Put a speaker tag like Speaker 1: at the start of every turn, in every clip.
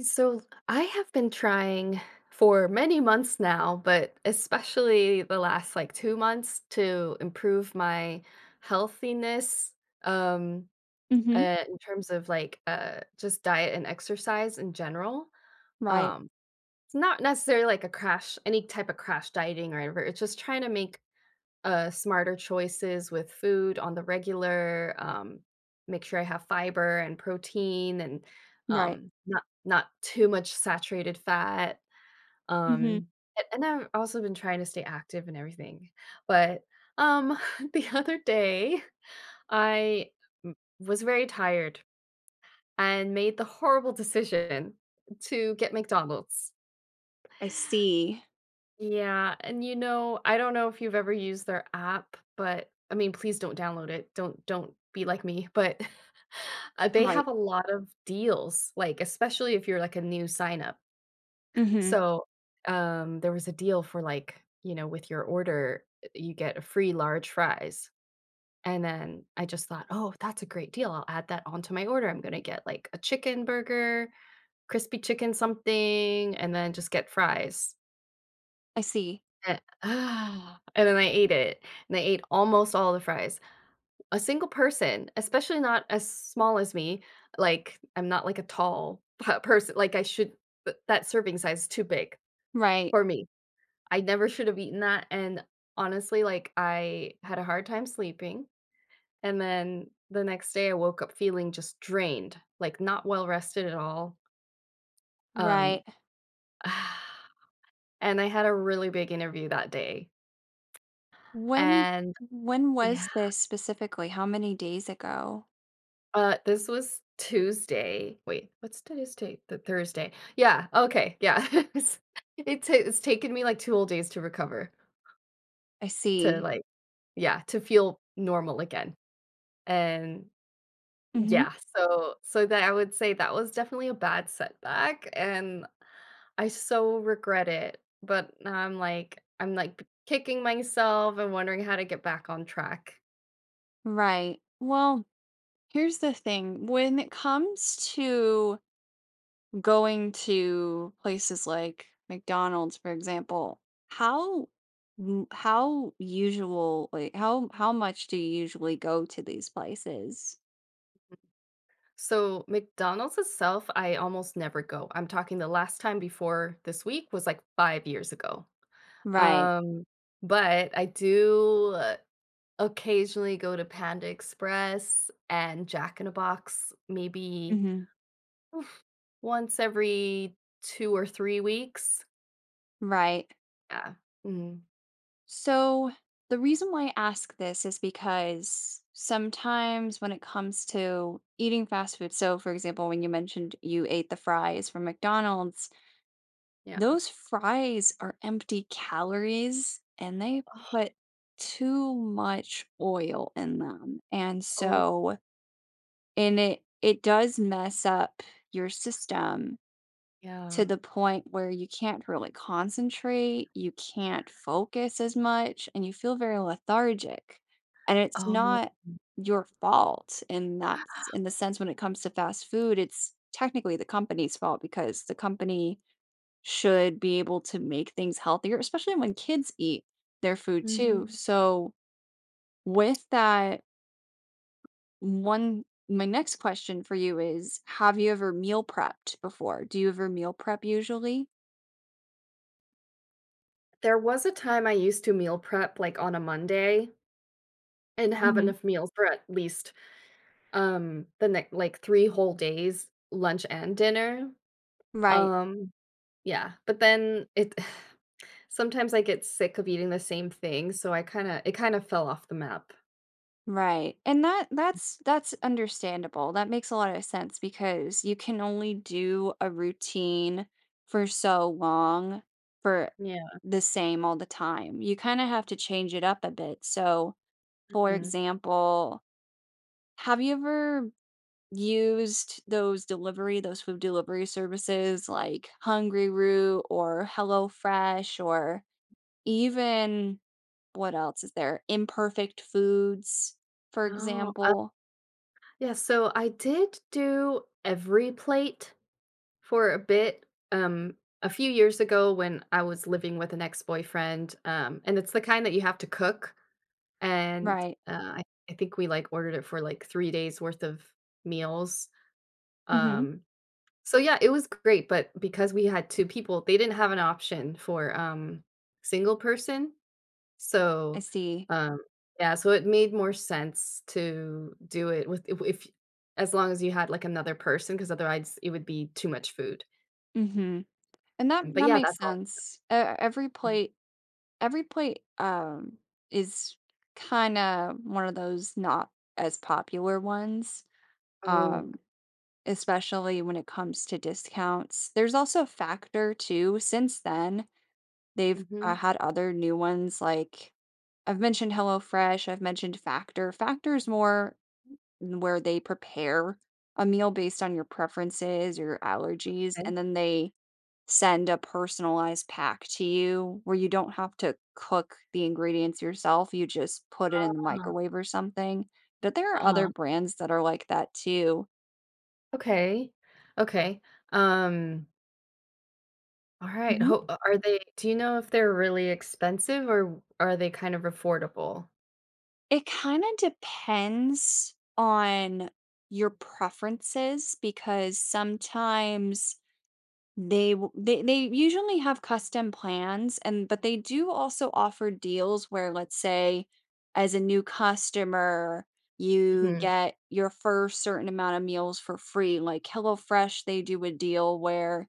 Speaker 1: So I have been trying for many months now, but especially the last like 2 months to improve my healthiness um
Speaker 2: Mhm.
Speaker 1: in terms of like just diet and exercise in general.
Speaker 2: Right.
Speaker 1: Um it's not necessarily like a crash, any type of crash dieting or whatever. It's just trying to make smarter choices with food on the regular. Make sure I have fiber and protein, and
Speaker 2: Right.
Speaker 1: not too much saturated fat.
Speaker 2: Mhm.
Speaker 1: Um, and I've also been trying to stay active and everything. But um, the other day, I m- was very tired and made the horrible decision to get McDonald's.
Speaker 2: I see.
Speaker 1: Yeah, and I don't know if you've ever used their app, but I mean, please don't download it. Don't be like me, but they
Speaker 2: Right.
Speaker 1: have a lot of deals, like especially if you're like a new sign up.
Speaker 2: Mhm.
Speaker 1: So, there was a deal for like with your order, you get a free large fries. And then I just thought, "Oh, that's a great deal. I'll add that onto my order. I'm going to get like a chicken burger, crispy chicken something, and then just get fries."
Speaker 2: I see.
Speaker 1: And and then I ate it, and I ate almost all the fries. A single person, especially not as small as me, like, I'm not like a tall p person, like, I should th that serving size is too big
Speaker 2: Right.
Speaker 1: for me. I never should have eaten that, and honestly, like, I had a hard time sleeping, and then the next day I woke up feeling just drained, like, not well rested at all,
Speaker 2: Right.
Speaker 1: um, and I had a really big interview that day,
Speaker 2: When
Speaker 1: and
Speaker 2: when
Speaker 1: yeah.
Speaker 2: was this specifically? How many days ago?
Speaker 1: This was Tuesday. Wait, what's today's date? The Thursday. Yeah, okay, yeah. It's it ta it's taken me, like, 2 whole days to recover,
Speaker 2: I
Speaker 1: to,
Speaker 2: see.
Speaker 1: like yeah, to feel normal again, and
Speaker 2: Mhm.
Speaker 1: yeah, so that I would say that was definitely a bad setback, and I so regret it, but now I'm, like, kicking myself and wondering how to get back on track.
Speaker 2: Right. Well, here's the thing. When it comes to going to places like McDonald's, for example, how m- how usual like how much do you usually go to these places?
Speaker 1: So McDonald's itself, I almost never go. I'm talking the last time before this week was like 5 years ago.
Speaker 2: Right.
Speaker 1: Um, but I do, occasionally go to Panda Express and Jack in a Box maybe,
Speaker 2: Mhm.
Speaker 1: oof, once every 2 or 3 weeks.
Speaker 2: Right.
Speaker 1: Yeah. Mhm.
Speaker 2: So the reason why I ask this is because sometimes when it comes to eating fast food, so for example, when you mentioned you ate the fries from McDonald's,
Speaker 1: Yeah.
Speaker 2: those fries are empty calories and they put too much oil in them. And
Speaker 1: Oh,
Speaker 2: so, it does mess up your system to
Speaker 1: yeah.
Speaker 2: the point where you can't really concentrate, you can't focus as much, and you feel very lethargic. And it's
Speaker 1: Oh.
Speaker 2: not your fault in in the sense when it comes to fast food, it's technically the company's fault because the company should be able to make things healthier, especially when kids eat their food too.
Speaker 1: Mhm.
Speaker 2: So with that, one my next question for you is have you ever meal prepped before? Do you ever meal prep usually?
Speaker 1: There was a time I used to meal prep, like, on a Monday and have enough meals for at least. The next like 3 whole days, lunch and dinner.
Speaker 2: Right,
Speaker 1: Um, yeah, but then it sometimes I get sick of eating the same thing, so I kinda it kinda fell off the map.
Speaker 2: right, and that's understandable, that makes a lot of sense because you can only do a routine for so long, for
Speaker 1: Yeah.
Speaker 2: the same all the time, you kinda have to change it up a bit, so, for
Speaker 1: Mm.
Speaker 2: example, have you ever used those delivery those food delivery services like Hungry Root or HelloFresh or even what else is there? Imperfect foods, for
Speaker 1: Oh,
Speaker 2: example.
Speaker 1: yeah, so I did do every plate for a bit, um, a few years ago when I was living with an ex-boyfriend, and it's the kind that you have to cook, and,
Speaker 2: Right.
Speaker 1: I think we, like, ordered it for, like, 3 days worth of meals,
Speaker 2: Mhm.
Speaker 1: um So, yeah, it was great, but because we had 2 people, they didn't have an option for, single person.
Speaker 2: I
Speaker 1: So,
Speaker 2: see.
Speaker 1: um yeah, so it made more sense to do it with if as long as you had, like, another person, because otherwise it would be too much food.
Speaker 2: Mhm. And that
Speaker 1: But,
Speaker 2: that
Speaker 1: yeah,
Speaker 2: makes
Speaker 1: that's all.
Speaker 2: sense. E every
Speaker 1: Mm.
Speaker 2: plate every plate, um, is kinda one of those not as popular ones,
Speaker 1: Oh,
Speaker 2: um, especially when it comes to discounts. There's also a Factor too, since then, they've,
Speaker 1: mhm,
Speaker 2: had other new ones, like I've mentioned HelloFresh, I've mentioned Factor. Factor's more where they prepare a meal based on your preferences or your allergies,
Speaker 1: okay.
Speaker 2: and then they send a personalized pack to you where you don't have to cook the ingredients yourself, you just put it in the
Speaker 1: Uh-huh,
Speaker 2: microwave or something, but there are other
Speaker 1: uh-huh.
Speaker 2: brands that are like that too.
Speaker 1: Okay, okay. Um, alright,
Speaker 2: Mhm.
Speaker 1: ho are they do you know if they're really expensive or are they kind of affordable?
Speaker 2: It kinda depends on your preferences because sometimes They w they usually have custom plans and but they do also offer deals where, let's say, as a new customer, you
Speaker 1: Mhm,
Speaker 2: get your first certain amount of meals for free, like HelloFresh, they do a deal where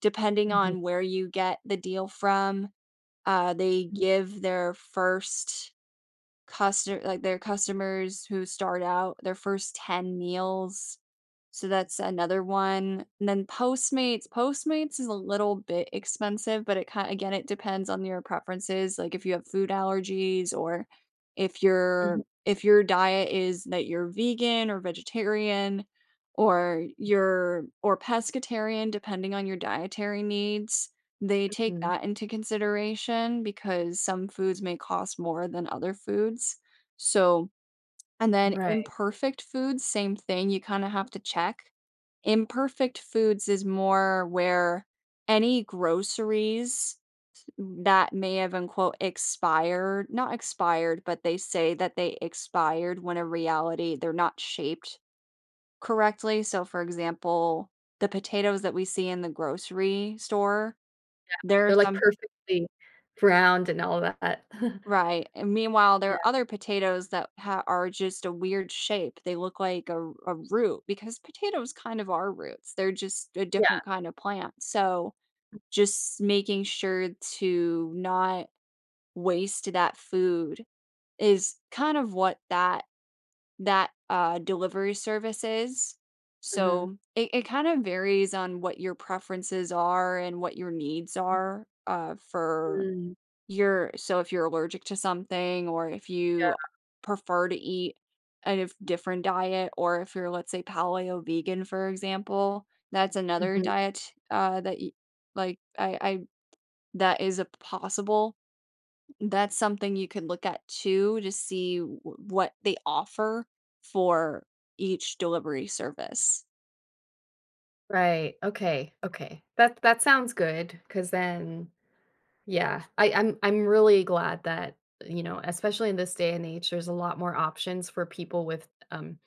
Speaker 2: depending
Speaker 1: mhm, mhm.
Speaker 2: on where you get the deal from, they give their first customer like, their customers who start out their first 10 meals, so that's another one, and then Postmates is a little bit expensive, but it kind again, it depends on your preferences, like, if you have food allergies or if your
Speaker 1: Mhm,
Speaker 2: if your diet is that you're vegan or vegetarian or your or pescatarian depending on your dietary needs. They take
Speaker 1: mhm.
Speaker 2: that into consideration because some foods may cost more than other foods. So and then
Speaker 1: Right.
Speaker 2: imperfect foods, same thing, you kinda have to check. Imperfect foods is more where any groceries that may have unquote "expired" not expired, but they say that they expired when in reality they're not shaped correctly. So, for example, the potatoes that we see in the grocery store, there are
Speaker 1: They're, like,
Speaker 2: some.
Speaker 1: perfectly browned and all that.
Speaker 2: Right, and meanwhile, there
Speaker 1: Yeah,
Speaker 2: are other potatoes that ha are just a weird shape. They look like a root because potatoes kind of are roots. They're just a
Speaker 1: yeah,
Speaker 2: different kind of plant. So, just making sure to not waste that food is kind of what that that, delivery service is.
Speaker 1: mhm.
Speaker 2: So, it kind of varies on what your preferences are and what your needs are, for
Speaker 1: Mm,
Speaker 2: you're so if you're allergic to something or if
Speaker 1: yeah,
Speaker 2: you prefer to eat a different diet or if you're, let's say, paleo vegan, for example, that's another
Speaker 1: mhm.
Speaker 2: diet, that you like, I that is a possible. That's something you could look at too to see w what they offer for each delivery service.
Speaker 1: Right, okay, okay. That that sounds good. Cause then yeah, I'm really glad that, you know, especially in this day and age, there's a lot more options for people with,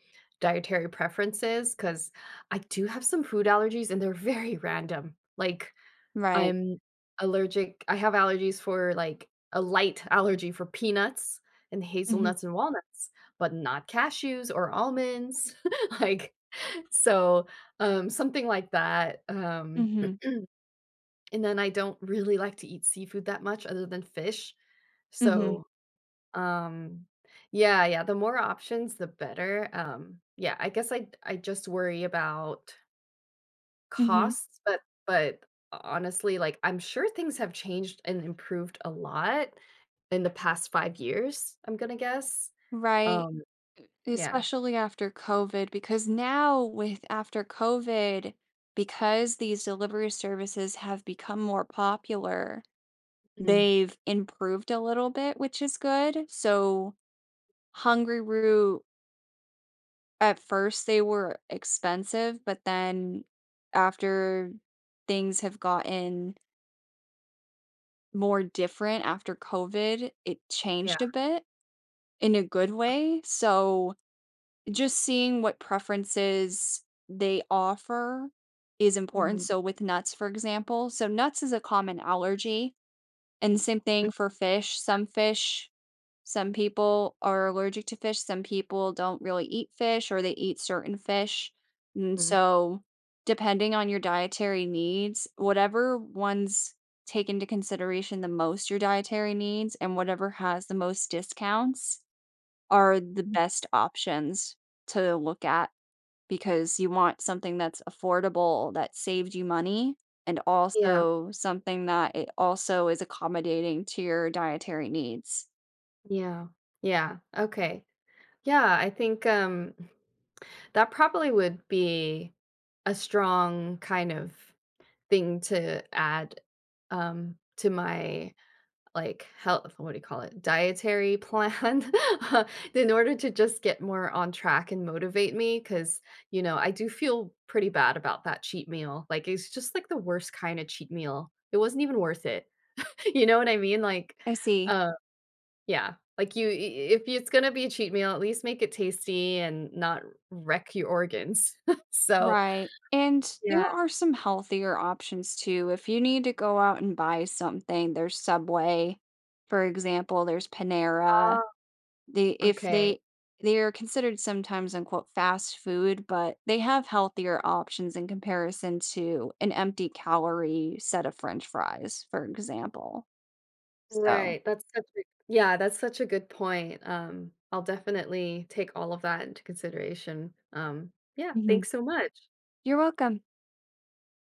Speaker 1: dietary preferences. Cause I do have some food allergies, and they're very random, like
Speaker 2: Right.
Speaker 1: I'm I have allergies for, like a light allergy for peanuts and
Speaker 2: Mhm,
Speaker 1: hazelnuts and walnuts, but not cashews or almonds, like, so, something like that,
Speaker 2: mhm,
Speaker 1: and then I don't really like to eat seafood that much other than fish,
Speaker 2: mhm,
Speaker 1: so, um, yeah, yeah, the more options, the better, yeah, I guess I just worry about
Speaker 2: mhm.
Speaker 1: costs, but honestly, like, I'm sure things have changed and improved a lot in the past 5 years, I'm gonna guess.
Speaker 2: Right.
Speaker 1: Um, yeah.
Speaker 2: Especially after COVID, because now with after COVID, because these delivery services have become more popular,
Speaker 1: Mm,
Speaker 2: they've improved a little bit, which is good. So Hungry Root, at first they were expensive, but then after things have gotten more different after COVID, it
Speaker 1: yeah.
Speaker 2: changed a bit in a good way. So just seeing what preferences they offer is important.
Speaker 1: Mhm,
Speaker 2: So with nuts, for example, so nuts is a common allergy, and same thing for fish. Some fish, some people are allergic to fish, some people don't really eat fish or they eat certain fish. And
Speaker 1: mhm.
Speaker 2: so depending on your dietary needs, whatever ones take into consideration the most your dietary needs and whatever has the most discounts are the
Speaker 1: Mhm.
Speaker 2: best options to look at because you want something that's affordable, that saved you money, and
Speaker 1: Yeah,
Speaker 2: also something that it also is accommodating to your dietary needs.
Speaker 1: yeah, yeah, okay. Yeah, I think, that probably would be a strong kind of thing to add, to my like, health what do you call it? Dietary plan in order to just get more on track and motivate me, because you know, I do feel pretty bad about that cheat meal. Like, it's just, like, the worst kinda cheat meal. It wasn't even worth it. You know what I mean? Like,
Speaker 2: I see.
Speaker 1: uh yeah. Like, you I if it's gonna be a cheat meal, at least make it tasty and not wreck your organs. So,
Speaker 2: Right. And
Speaker 1: yeah.
Speaker 2: there are some healthier options too. If you need to go out and buy something, there's Subway, for example, there's Panera.
Speaker 1: Ah,
Speaker 2: They if
Speaker 1: okay.
Speaker 2: they they are considered sometimes unquote fast food, but they have healthier options in comparison to an empty calorie set of french fries, for example. So
Speaker 1: Right, that's such a yeah, that's such a good point, I'll definitely take all of that into consideration, yeah,
Speaker 2: mhm.
Speaker 1: thanks so much.
Speaker 2: You're welcome.